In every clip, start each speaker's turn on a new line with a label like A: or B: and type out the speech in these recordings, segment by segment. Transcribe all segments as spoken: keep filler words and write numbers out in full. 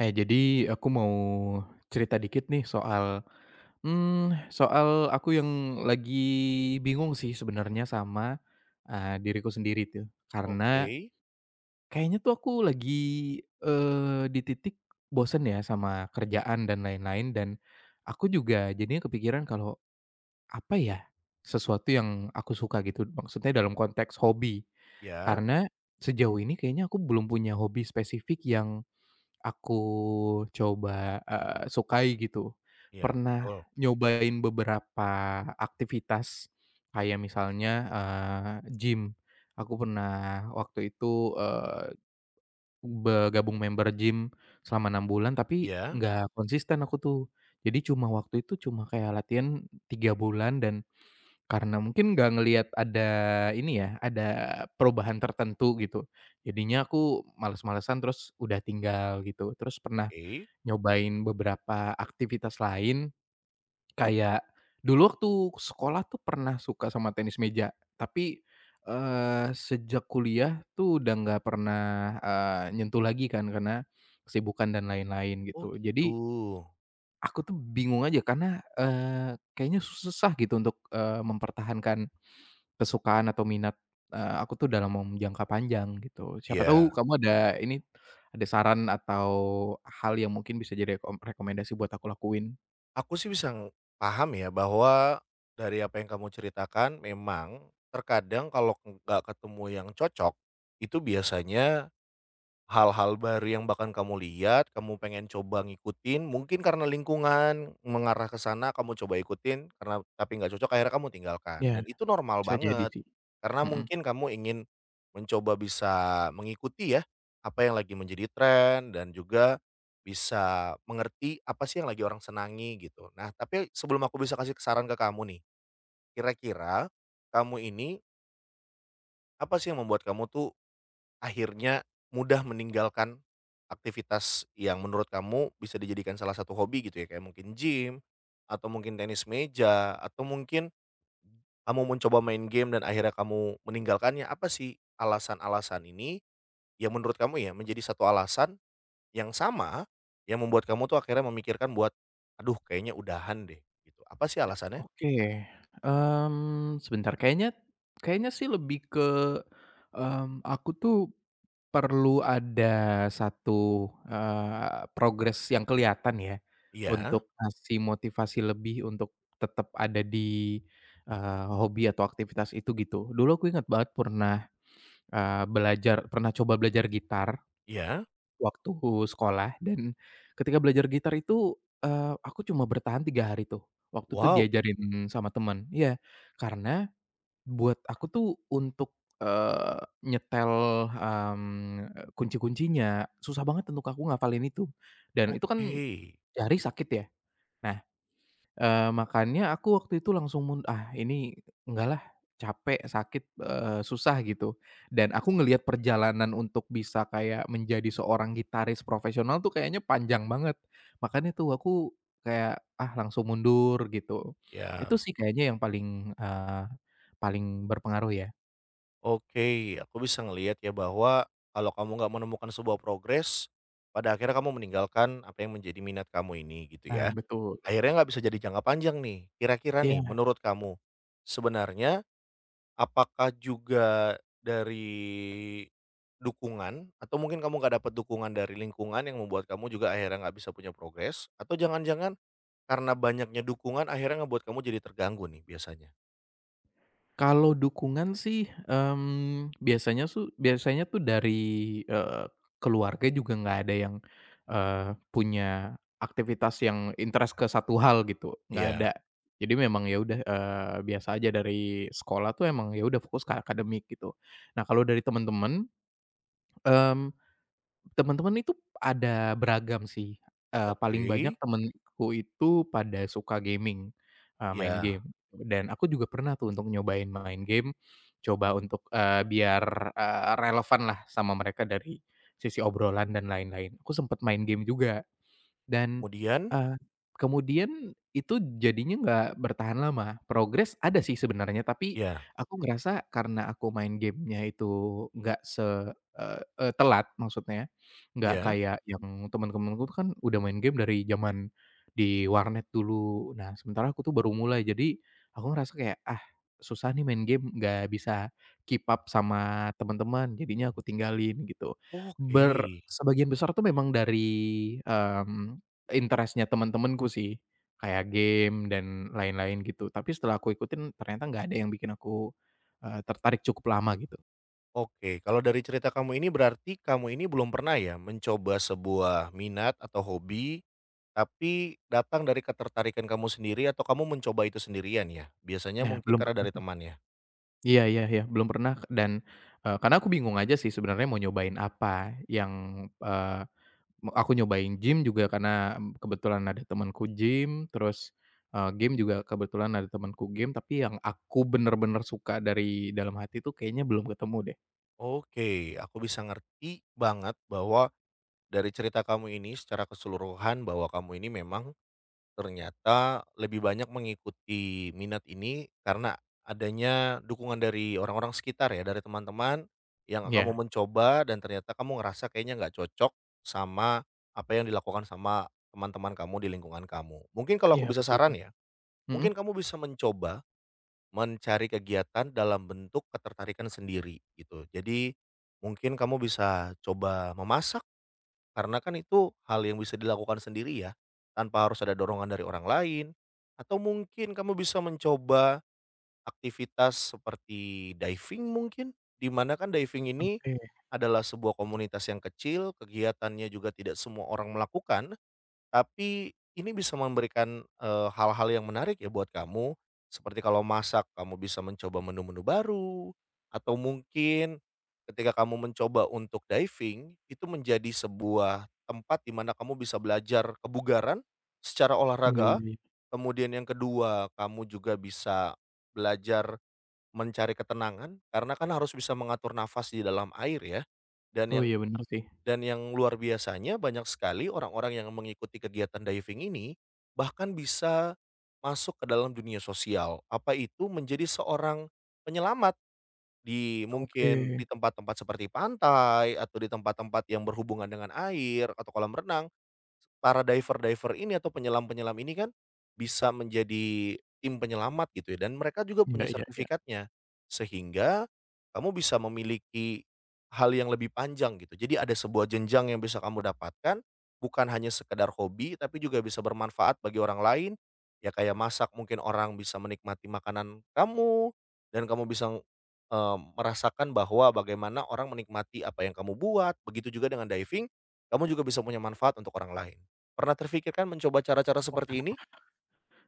A: Eh, jadi aku mau cerita dikit nih soal, mmm, soal aku yang lagi bingung sih sebenarnya sama, eee, diriku sendiri tuh.
B: Oke,
A: Karena kayaknya tuh aku lagi, eee, di titik bosen ya sama kerjaan dan lain-lain dan aku juga jadinya kepikiran kalau apa ya sesuatu yang aku suka gitu, maksudnya dalam konteks hobi.
B: ya,
A: Karena sejauh ini kayaknya aku belum punya hobi spesifik yang aku coba, eee, sukai gitu.
B: ya,
A: Pernah
B: betul.
A: nyobain beberapa aktivitas kayak misalnya, eee, gym. Aku pernah waktu itu, eee, bergabung member gym selama enam bulan tapi
B: Ya,
A: nggak konsisten aku tuh. Jadi cuma waktu itu cuma kayak latihan tiga bulan dan karena mungkin nggak ngelihat ada ini ya, ada perubahan tertentu gitu. Jadinya aku males-malesan terus udah tinggal gitu. Terus pernah
B: oke.
A: nyobain beberapa aktivitas lain, kayak dulu waktu sekolah tuh pernah suka sama tenis meja, tapi, eee, sejak kuliah tuh udah nggak pernah, eee, nyentuh lagi kan karena kesibukan dan lain-lain
B: Oh
A: gitu.
B: gitu.
A: Jadi aku tuh bingung aja karena, eee, kayaknya susah gitu untuk, eee, mempertahankan kesukaan atau minat, eee, aku tuh dalam mem jangka panjang gitu. Siapa
B: Ya.
A: tahu kamu ada ini, ada saran atau hal yang mungkin bisa jadi rekom rekomendasi buat aku lakuin.
B: Aku sih bisa ng- paham ya bahwa dari apa yang kamu ceritakan memang terkadang kalau nggak ketemu yang cocok, itu biasanya hal-hal baru yang bahkan kamu lihat, kamu pengen coba ngikutin, mungkin karena lingkungan mengarah ke sana kamu coba ikutin, karena tapi nggak cocok akhirnya kamu tinggalkan,
A: Iya.
B: dan itu normal
A: Bisa jadi
B: banget.
A: sih,
B: Karena
A: mhm.
B: mungkin kamu ingin mencoba bisa mengikuti ya, apa yang lagi menjadi tren dan juga bisa mengerti apa sih yang lagi orang senangi gitu. Nah, tapi sebelum aku bisa kasih saran ke kamu nih, kira-kira kamu ini apa sih yang membuat kamu tuh akhirnya mudah meninggalkan aktivitas yang menurut kamu bisa dijadikan salah satu hobi gitu ya, kayak mungkin gym, atau mungkin tenis meja, atau mungkin kamu mencoba main game dan akhirnya kamu meninggalkannya. Apa sih alasan-alasan ini yang menurut kamu ya menjadi satu alasan yang sama yang membuat kamu tuh akhirnya memikirkan buat, "Aduh kayaknya udahan deh," gitu. Apa sih alasannya?
A: Oke, mmm, sebentar kayaknya kayaknya sih lebih ke, mmm, aku tuh perlu ada satu, eee, progres yang kelihatan ya,
B: Iya
A: untuk ngasih motivasi lebih untuk tetap ada di, eee, hobi atau aktivitas itu gitu. Dulu aku inget banget pernah, eee, belajar pernah coba belajar gitar
B: iya.
A: waktu sekolah dan ketika belajar gitar itu, eee, aku cuma bertahan tiga hari tuh, waktu itu
B: Wow,
A: diajarin sama teman ya karena buat aku tuh untuk, eee, nyetel, mmm, kunci-kuncinya, susah banget untuk aku ngafalin itu. Dan itu
B: oke.
A: kan jari sakit ya. Nah, eee, makanya aku waktu itu langsung mun ah ini enggak lah, capek, sakit, eee, susah gitu. Dan aku ngelihat perjalanan untuk bisa kayak menjadi seorang gitaris profesional tuh kayaknya panjang banget. Makanya tuh aku kayak, ah langsung mundur gitu. Itu
B: Ya.
A: sih kayaknya yang paling, eee, paling berpengaruh ya.
B: Oke, aku bisa ngelihat ya bahwa kalau kamu nggak menemukan sebuah progres, pada akhirnya kamu meninggalkan apa yang menjadi minat kamu ini gitu
A: Nah,
B: ya.
A: betul.
B: Akhirnya nggak bisa jadi jangka panjang nih. Kira-kira nih,
A: Iya,
B: menurut kamu sebenarnya apakah juga dari dukungan atau mungkin kamu nggak dapat dukungan dari lingkungan yang membuat kamu juga akhirnya nggak bisa punya progres? Atau jangan-jangan karena banyaknya dukungan akhirnya ngebuat kamu jadi terganggu nih biasanya?
A: kalau dukungan sih, mmm, biasanya su biasanya tuh dari, eee, keluarga juga nggak ada yang, eee, punya aktivitas yang interest ke satu hal gitu, nggak ada.
B: Iya,
A: Jadi memang ya udah, eee, biasa aja dari sekolah tuh emang ya udah fokus ke akademik gitu. Nah, kalau dari teman-teman, mmm teman-teman itu ada beragam sih, eee, paling
B: oke.
A: banyak temenku itu pada suka gaming, eee, main
B: Ya,
A: game, dan aku juga pernah tuh untuk nyobain main game, coba untuk, eee, biar, eee, relevan lah sama mereka dari sisi obrolan dan lain-lain. Aku sempet main game juga. Dan,
B: kemudian?
A: eee, kemudian itu jadinya nggak bertahan lama, progres ada sih sebenarnya, tapi
B: Ya.
A: aku ngerasa karena aku main gamenya itu nggak se eee eee, telat maksudnya, nggak
B: Iya?
A: kayak yang teman-temanku tuh kan udah main game dari zaman di warnet dulu. Nah, sementara aku tuh baru mulai, jadi aku ngerasa kayak, "Ah, susah nih main game, nggak bisa keep up sama teman-teman," jadinya aku tinggalin gitu.
B: Oke
A: Ber sebagian besar tuh memang dari, mmm, interest-nya temen-temenku sih, kayak game dan lain-lain gitu. Tapi setelah aku ikutin ternyata nggak ada yang bikin aku, eee, tertarik cukup lama gitu.
B: oke. Kalau dari cerita kamu ini berarti kamu ini belum pernah ya mencoba sebuah minat atau hobi, tapi datang dari ketertarikan kamu sendiri atau kamu mencoba itu sendirian ya? Biasanya
A: Nah,
B: mungkin
A: belum
B: karena
A: pernah
B: dari
A: tuh.
B: teman ya?
A: Iya, iya, iya, belum pernah dan, eee, karena aku bingung aja sih sebenarnya mau nyobain apa yang, eee, me aku nyobain gym juga karena kebetulan ada temenku gym, terus, eee, game juga kebetulan ada temenku game, tapi yang aku bener-bener suka dari dalam hati tuh kayaknya belum ketemu deh.
B: Oke, aku bisa ngerti banget bahwa dari cerita kamu ini secara keseluruhan bahwa kamu ini memang ternyata lebih banyak mengikuti minat ini karena adanya dukungan dari orang-orang sekitar ya, dari teman-teman yang kamu
A: Iya,
B: mencoba dan ternyata kamu ngerasa kayaknya nggak cocok sama apa yang dilakukan sama teman-teman kamu di lingkungan kamu. Mungkin kalau aku
A: iya
B: bisa
A: betul.
B: saran ya,
A: Mhm.
B: mungkin kamu bisa mencoba mencari kegiatan dalam bentuk ketertarikan sendiri gitu. Jadi mungkin kamu bisa coba memasak karena kan itu hal yang bisa dilakukan sendiri ya, tanpa harus ada dorongan dari orang lain, atau mungkin kamu bisa mencoba aktivitas seperti diving mungkin? Di mana kan diving ini
A: Oke.
B: adalah sebuah komunitas yang kecil, kegiatannya juga tidak semua orang melakukan. Tapi ini bisa memberikan, eee, hal-hal yang menarik ya buat kamu, seperti kalau masak kamu bisa mencoba menu-menu baru, atau mungkin ketika kamu mencoba untuk diving, itu menjadi sebuah tempat di mana kamu bisa belajar kebugaran secara
A: Iya,
B: olahraga,
A: iya, iya.
B: kemudian yang kedua kamu juga bisa belajar mencari ketenangan, karena kan harus bisa mengatur nafas di dalam air ya, dan
A: Oh
B: yang
A: iya bener sih.
B: dan yang luar biasanya banyak sekali orang-orang yang mengikuti kegiatan diving ini bahkan bisa masuk ke dalam dunia sosial. Apa itu menjadi seorang penyelamat di
A: Oke.
B: mungkin di tempat-tempat seperti pantai atau di tempat-tempat yang berhubungan dengan air atau kolam renang para diver-diver ini atau penyelam-penyelam ini kan bisa menjadi tim penyelamat gitu ya dan mereka juga
A: Iya,
B: punya
A: iya, iya.
B: sertifikatnya. Sehingga kamu bisa memiliki hal yang lebih panjang gitu. Jadi ada sebuah jenjang yang bisa kamu dapatkan, bukan hanya sekedar hobi tapi juga bisa bermanfaat bagi orang lain. Ya kayak masak mungkin orang bisa menikmati makanan kamu dan kamu bisa, eee, merasakan bahwa bagaimana orang menikmati apa yang kamu buat, begitu juga dengan diving, kamu juga bisa punya manfaat untuk orang lain. Pernah terfikirkan mencoba cara-cara seperti ini?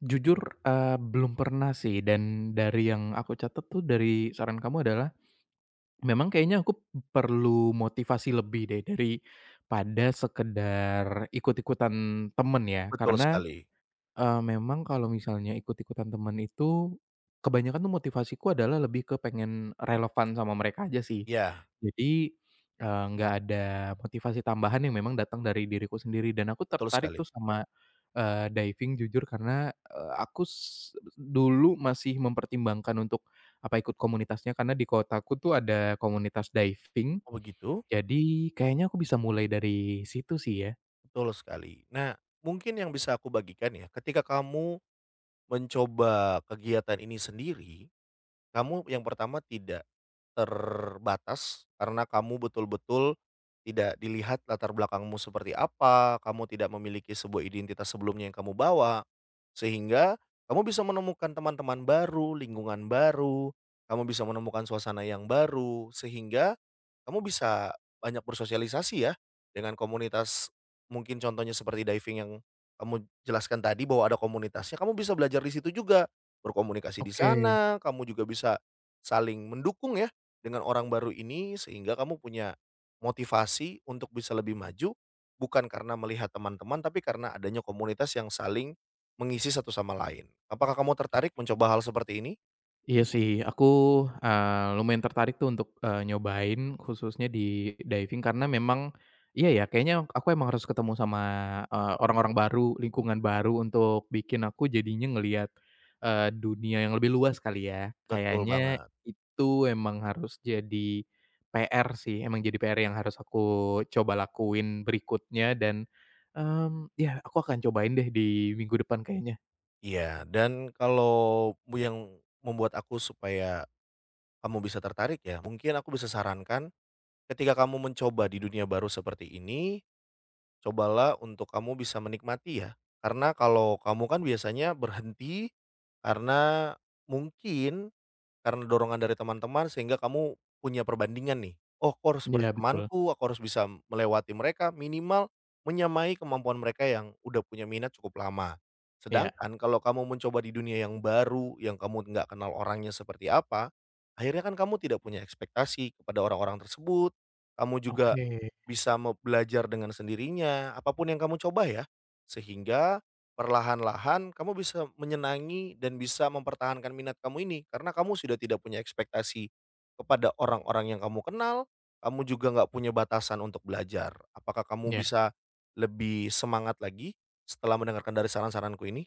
A: Jujur, eee, belum pernah sih dan dari yang aku catat tuh dari saran kamu adalah, memang kayaknya aku perlu motivasi lebih deh daripada sekedar ikut-ikutan temen ya.
B: Betul
A: Karena
B: sekali.
A: Eee, memang kalau misalnya ikut-ikutan temen itu, kebanyakan tuh motivasiku adalah lebih ke pengen relevan sama mereka aja sih.
B: Ya
A: Jadi, eee, nggak ada motivasi tambahan yang memang datang dari diriku sendiri dan aku
B: betul
A: tertarik
B: sekali.
A: tuh sama, eee, diving jujur karena, eee, aku s dulu masih mempertimbangkan untuk, apa ikut komunitasnya karena di kotaku tuh ada komunitas diving,
B: Oh begitu?
A: jadi kayaknya aku bisa mulai dari situ sih ya.
B: Betul sekali. Nah, mungkin yang bisa aku bagikan ya, ketika kamu mencoba kegiatan ini sendiri, kamu yang pertama tidak terbatas karena kamu betul-betul tidak dilihat latar belakangmu seperti apa, kamu tidak memiliki sebuah identitas sebelumnya yang kamu bawa, sehingga kamu bisa menemukan teman-teman baru, lingkungan baru, kamu bisa menemukan suasana yang baru, sehingga kamu bisa banyak bersosialisasi ya dengan komunitas mungkin contohnya seperti diving yang kamu jelaskan tadi bahwa ada komunitasnya, kamu bisa belajar di situ juga, berkomunikasi di
A: Oke.
B: sana, kamu juga bisa saling mendukung ya dengan orang baru ini sehingga kamu punya motivasi untuk bisa lebih maju, bukan karena melihat teman-teman tapi karena adanya komunitas yang saling mengisi satu sama lain. Apakah kamu tertarik mencoba hal seperti ini?
A: Iya sih, aku, eee, lumayan tertarik tuh untuk, eee, nyobain khususnya di diving karena memang iya ya kayaknya aku emang harus ketemu sama, eee, orang-orang baru, lingkungan baru untuk bikin aku jadinya ngelihat, eee, dunia yang lebih luas kali ya.
B: Betul
A: Kayaknya
B: banget.
A: itu emang harus jadi P R sih, emang jadi P R yang harus aku coba lakuin berikutnya dan, mmm, ya aku akan cobain deh di minggu depan kayaknya.
B: Iya, dan kalau bu yang membuat aku supaya kamu bisa tertarik ya, mungkin aku bisa sarankan ketika kamu mencoba di dunia baru seperti ini, cobalah untuk kamu bisa menikmati ya, karena kalau kamu kan biasanya berhenti karena mungkin karena dorongan dari teman-teman sehingga kamu punya perbandingan nih, "Oh, aku harus seperti
A: Iya betul,
B: temanku, aku harus bisa melewati mereka, minimal menyamai kemampuan mereka yang udah punya minat cukup lama."
A: iya,
B: Sedangkan kalau kamu mencoba di dunia yang baru, yang kamu nggak kenal orangnya seperti apa, akhirnya kan kamu tidak punya ekspektasi kepada orang-orang tersebut, kamu juga
A: oke,
B: bisa me belajar dengan sendirinya, apapun yang kamu coba ya, sehingga perlahan-lahan kamu bisa menyenangi dan bisa mempertahankan minat kamu ini, karena kamu sudah tidak punya ekspektasi kepada orang-orang yang kamu kenal, kamu juga nggak punya batasan untuk belajar. Apakah kamu
A: iya.
B: bisa lebih semangat lagi setelah mendengarkan dari saran-saranku ini?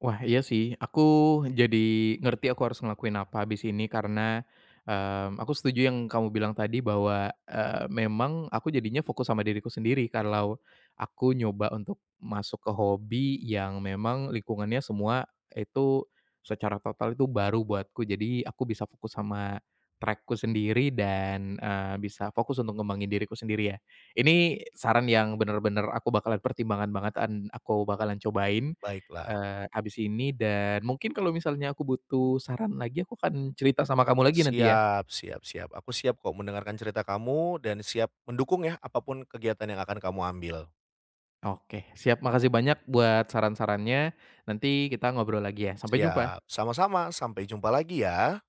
A: Wah, iya sih. Aku jadi ngerti aku harus ngelakuin apa habis ini karena, mmm, aku setuju yang kamu bilang tadi bahwa, eee, memang aku jadinya fokus sama diriku sendiri kalau aku nyoba untuk masuk ke hobi yang memang lingkungannya semua itu secara total itu baru buatku. Jadi aku bisa fokus sama trackku sendiri dan, eee, bisa fokus untuk ngembangin diriku sendiri ya. Ini saran yang bener-bener aku bakalan pertimbangan banget dan aku bakalan cobain
B: Baiklah.
A: Eee, abis ini dan mungkin kalau misalnya aku butuh saran lagi, aku akan cerita sama kamu lagi nanti ya?
B: Siap siap siap. Aku siap kok mendengarkan cerita kamu dan siap mendukung ya, apapun kegiatan yang akan kamu ambil.
A: Oke, siap. Makasih banyak buat saran-sarannya. Nanti kita ngobrol lagi ya. Sampai
B: Siap,
A: jumpa.
B: sama-sama, sampai jumpa lagi ya.